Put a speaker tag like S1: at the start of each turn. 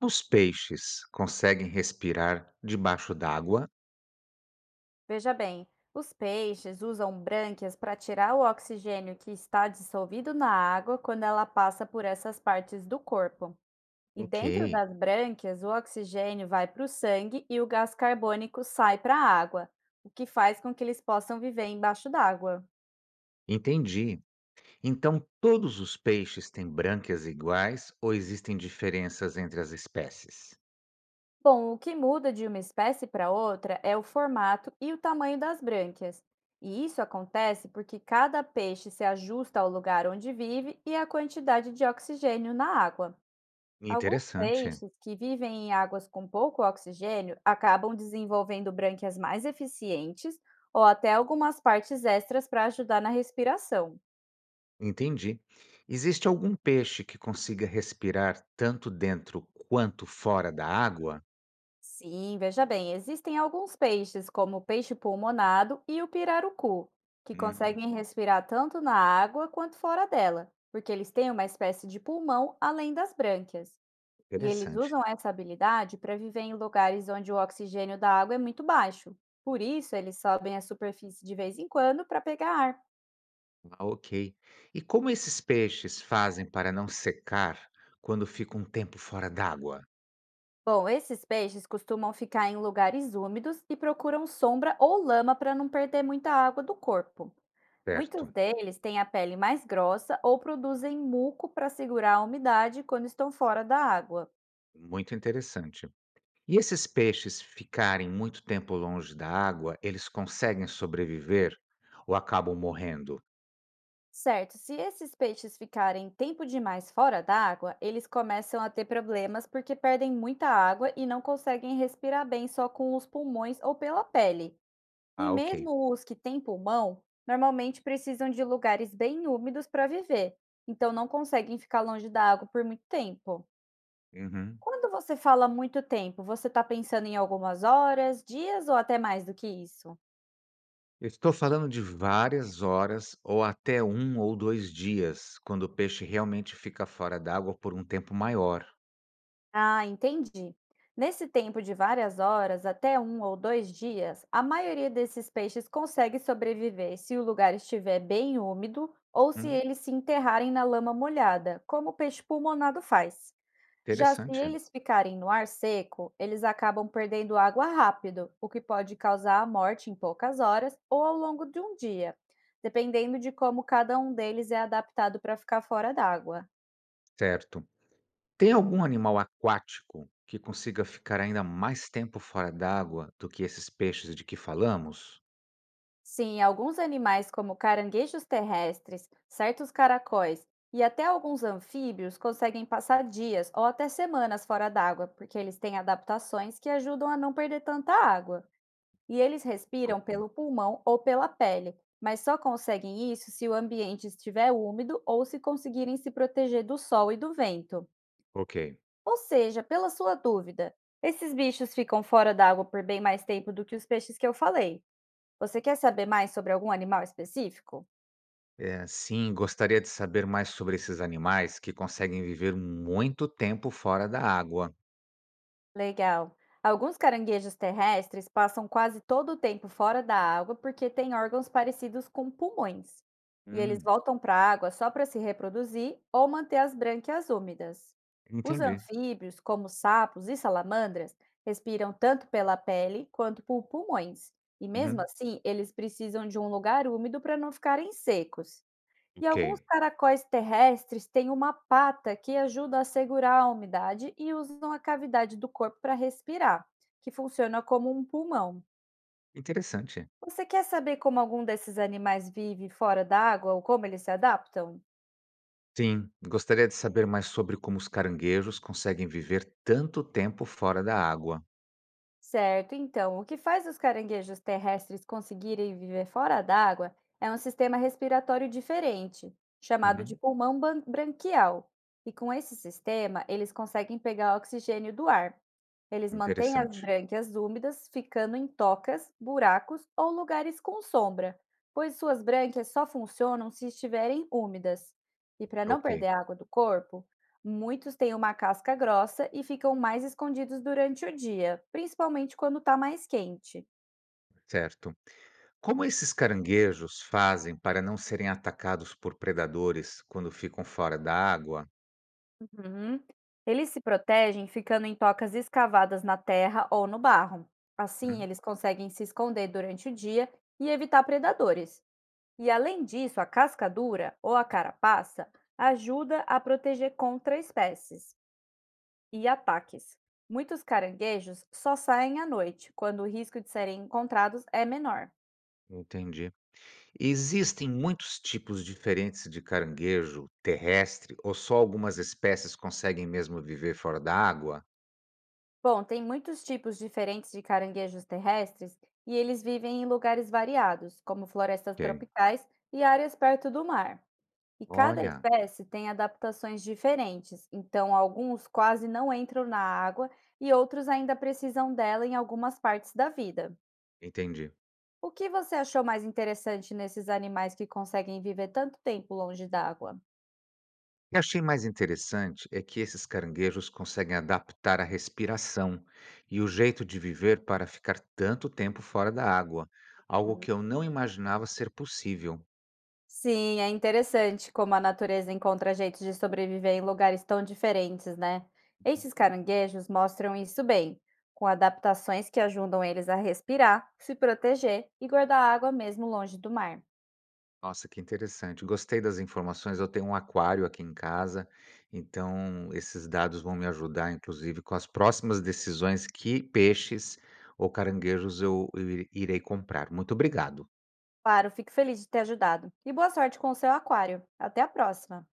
S1: Os peixes conseguem respirar debaixo d'água?
S2: Veja bem, os peixes usam brânquias para tirar o oxigênio que está dissolvido na água quando ela passa por essas partes do corpo. E
S1: Ok,
S2: dentro das brânquias, o oxigênio vai para o sangue e o gás carbônico sai para a água, o que faz com que eles possam viver embaixo d'água.
S1: entendi. Então, todos os peixes têm brânquias iguais ou existem diferenças entre as espécies?
S2: Bom, o que muda de uma espécie para outra é o formato e o tamanho das brânquias. E isso acontece porque cada peixe se ajusta ao lugar onde vive e à quantidade de oxigênio na água. Alguns
S1: Interessante.
S2: peixes que vivem em águas com pouco oxigênio acabam desenvolvendo brânquias mais eficientes ou até algumas partes extras para ajudar na respiração.
S1: Entendi. Existe algum peixe que consiga respirar tanto dentro quanto fora da água?
S2: Sim, veja bem, existem alguns peixes, como o peixe pulmonado e o pirarucu, que
S1: Hum,
S2: conseguem respirar tanto na água quanto fora dela, porque eles têm uma espécie de pulmão além das brânquias. E eles
S1: interessante.
S2: usam essa habilidade para viver em lugares onde o oxigênio da água é muito baixo. Por isso, eles sobem à superfície de vez em quando para pegar ar.
S1: Ah, ok. E como esses peixes fazem para não secar quando ficam um tempo fora d'água?
S2: Bom, esses peixes costumam ficar em lugares úmidos e procuram sombra ou lama para não perder muita água do corpo. Muitos
S1: Certo.
S2: deles têm a pele mais grossa ou produzem muco para segurar a umidade quando estão fora da água.
S1: Muito interessante. E esses peixes ficarem muito tempo longe da água, eles conseguem sobreviver ou acabam morrendo?
S2: Certo, se esses peixes ficarem tempo demais fora da água, eles começam a ter problemas porque perdem muita água e não conseguem respirar bem só com os pulmões ou pela pele. E
S1: Ah, ok.
S2: mesmo os que têm pulmão, normalmente precisam de lugares bem úmidos para viver, então não conseguem ficar longe da água por muito tempo.
S1: Uhum.
S2: Quando você fala muito tempo, você está pensando em algumas horas, dias ou até mais do que isso?
S1: Eu estou falando de várias horas ou até um ou dois dias, quando o peixe realmente fica fora d'água por um tempo maior.
S2: Ah, entendi. Nesse tempo de várias horas, até um ou dois dias, a maioria desses peixes consegue sobreviver se o lugar estiver bem úmido ou se
S1: Hum,
S2: eles se enterrarem na lama molhada, como o peixe pulmonado faz. Já se
S1: interessante.
S2: eles ficarem no ar seco, eles acabam perdendo água rápido, o que pode causar a morte em poucas horas ou ao longo de um dia, dependendo de como cada um deles é adaptado para ficar fora d'água.
S1: Certo. Tem algum animal aquático que consiga ficar ainda mais tempo fora d'água do que esses peixes de que falamos?
S2: Sim, alguns animais, como caranguejos terrestres, certos caracóis e até alguns anfíbios, conseguem passar dias ou até semanas fora d'água, porque eles têm adaptações que ajudam a não perder tanta água. E eles respiram
S1: Ok.
S2: pelo pulmão ou pela pele, mas só conseguem isso se o ambiente estiver úmido ou se conseguirem se proteger do sol e do vento.
S1: Ok.
S2: Ou seja, pela sua dúvida, esses bichos ficam fora d'água por bem mais tempo do que os peixes que eu falei. Você quer saber mais sobre algum animal específico?
S1: É, sim, gostaria de saber mais sobre esses animais que conseguem viver muito tempo fora da água.
S2: Legal. Alguns caranguejos terrestres passam quase todo o tempo fora da água porque têm órgãos parecidos com pulmões. E eles
S1: Hum,
S2: voltam para a água só para se reproduzir ou manter as brânquias úmidas. Os
S1: Entendi.
S2: anfíbios, como sapos e salamandras, respiram tanto pela pele quanto por pulmões. E mesmo
S1: Uhum.
S2: assim, eles precisam de um lugar úmido para não ficarem secos. E alguns
S1: Ok.
S2: caracóis terrestres têm uma pata que ajuda a segurar a umidade e usam a cavidade do corpo para respirar, que funciona como um pulmão.
S1: Interessante.
S2: Você quer saber como algum desses animais vive fora da água ou como eles se adaptam?
S1: Sim, gostaria de saber mais sobre como os caranguejos conseguem viver tanto tempo fora da água.
S2: Certo, então, o que faz os caranguejos terrestres conseguirem viver fora d'água é um sistema respiratório diferente, chamado de
S1: Uhum.
S2: pulmão branquial. E com esse sistema, eles conseguem pegar oxigênio do ar. Eles mantêm as
S1: Interessante.
S2: brânquias úmidas, ficando em tocas, buracos ou lugares com sombra, pois suas brânquias só funcionam se estiverem úmidas. E para não
S1: Ok,
S2: perder a água do corpo, muitos têm uma casca grossa e ficam mais escondidos durante o dia, principalmente quando está mais quente.
S1: certo. Como esses caranguejos fazem para não serem atacados por predadores quando ficam fora da água?
S2: Uhum. Eles se protegem ficando em tocas escavadas na terra ou no barro. Assim,
S1: Hum,
S2: eles conseguem se esconder durante o dia e evitar predadores. E além disso, a casca dura ou a carapaça ajuda a proteger contra espécies e ataques. Muitos caranguejos só saem à noite, quando o risco de serem encontrados é menor.
S1: Entendi. Existem muitos tipos diferentes de caranguejo terrestre ou só algumas espécies conseguem mesmo viver fora da água?
S2: Bom, tem muitos tipos diferentes de caranguejos terrestres e eles vivem em lugares variados, como florestas
S1: Ok.
S2: tropicais e áreas perto do mar. E cada
S1: Olha,
S2: espécie tem adaptações diferentes, então alguns quase não entram na água e outros ainda precisam dela em algumas partes da vida.
S1: entendi.
S2: O que você achou mais interessante nesses animais que conseguem viver tanto tempo longe da água?
S1: O que achei mais interessante é que esses caranguejos conseguem adaptar a respiração e o jeito de viver para ficar tanto tempo fora da água, algo que eu não imaginava ser possível.
S2: Sim, é interessante como a natureza encontra jeitos de sobreviver em lugares tão diferentes, né? Esses caranguejos mostram isso bem, com adaptações que ajudam eles a respirar, se proteger e guardar água mesmo longe do mar.
S1: Nossa, que interessante. Gostei das informações. Eu tenho um aquário aqui em casa, então esses dados vão me ajudar, inclusive, com as próximas decisões que peixes ou caranguejos eu irei comprar. Muito obrigado.
S2: Claro, fico feliz de ter ajudado. E boa sorte com o seu aquário. Até a próxima!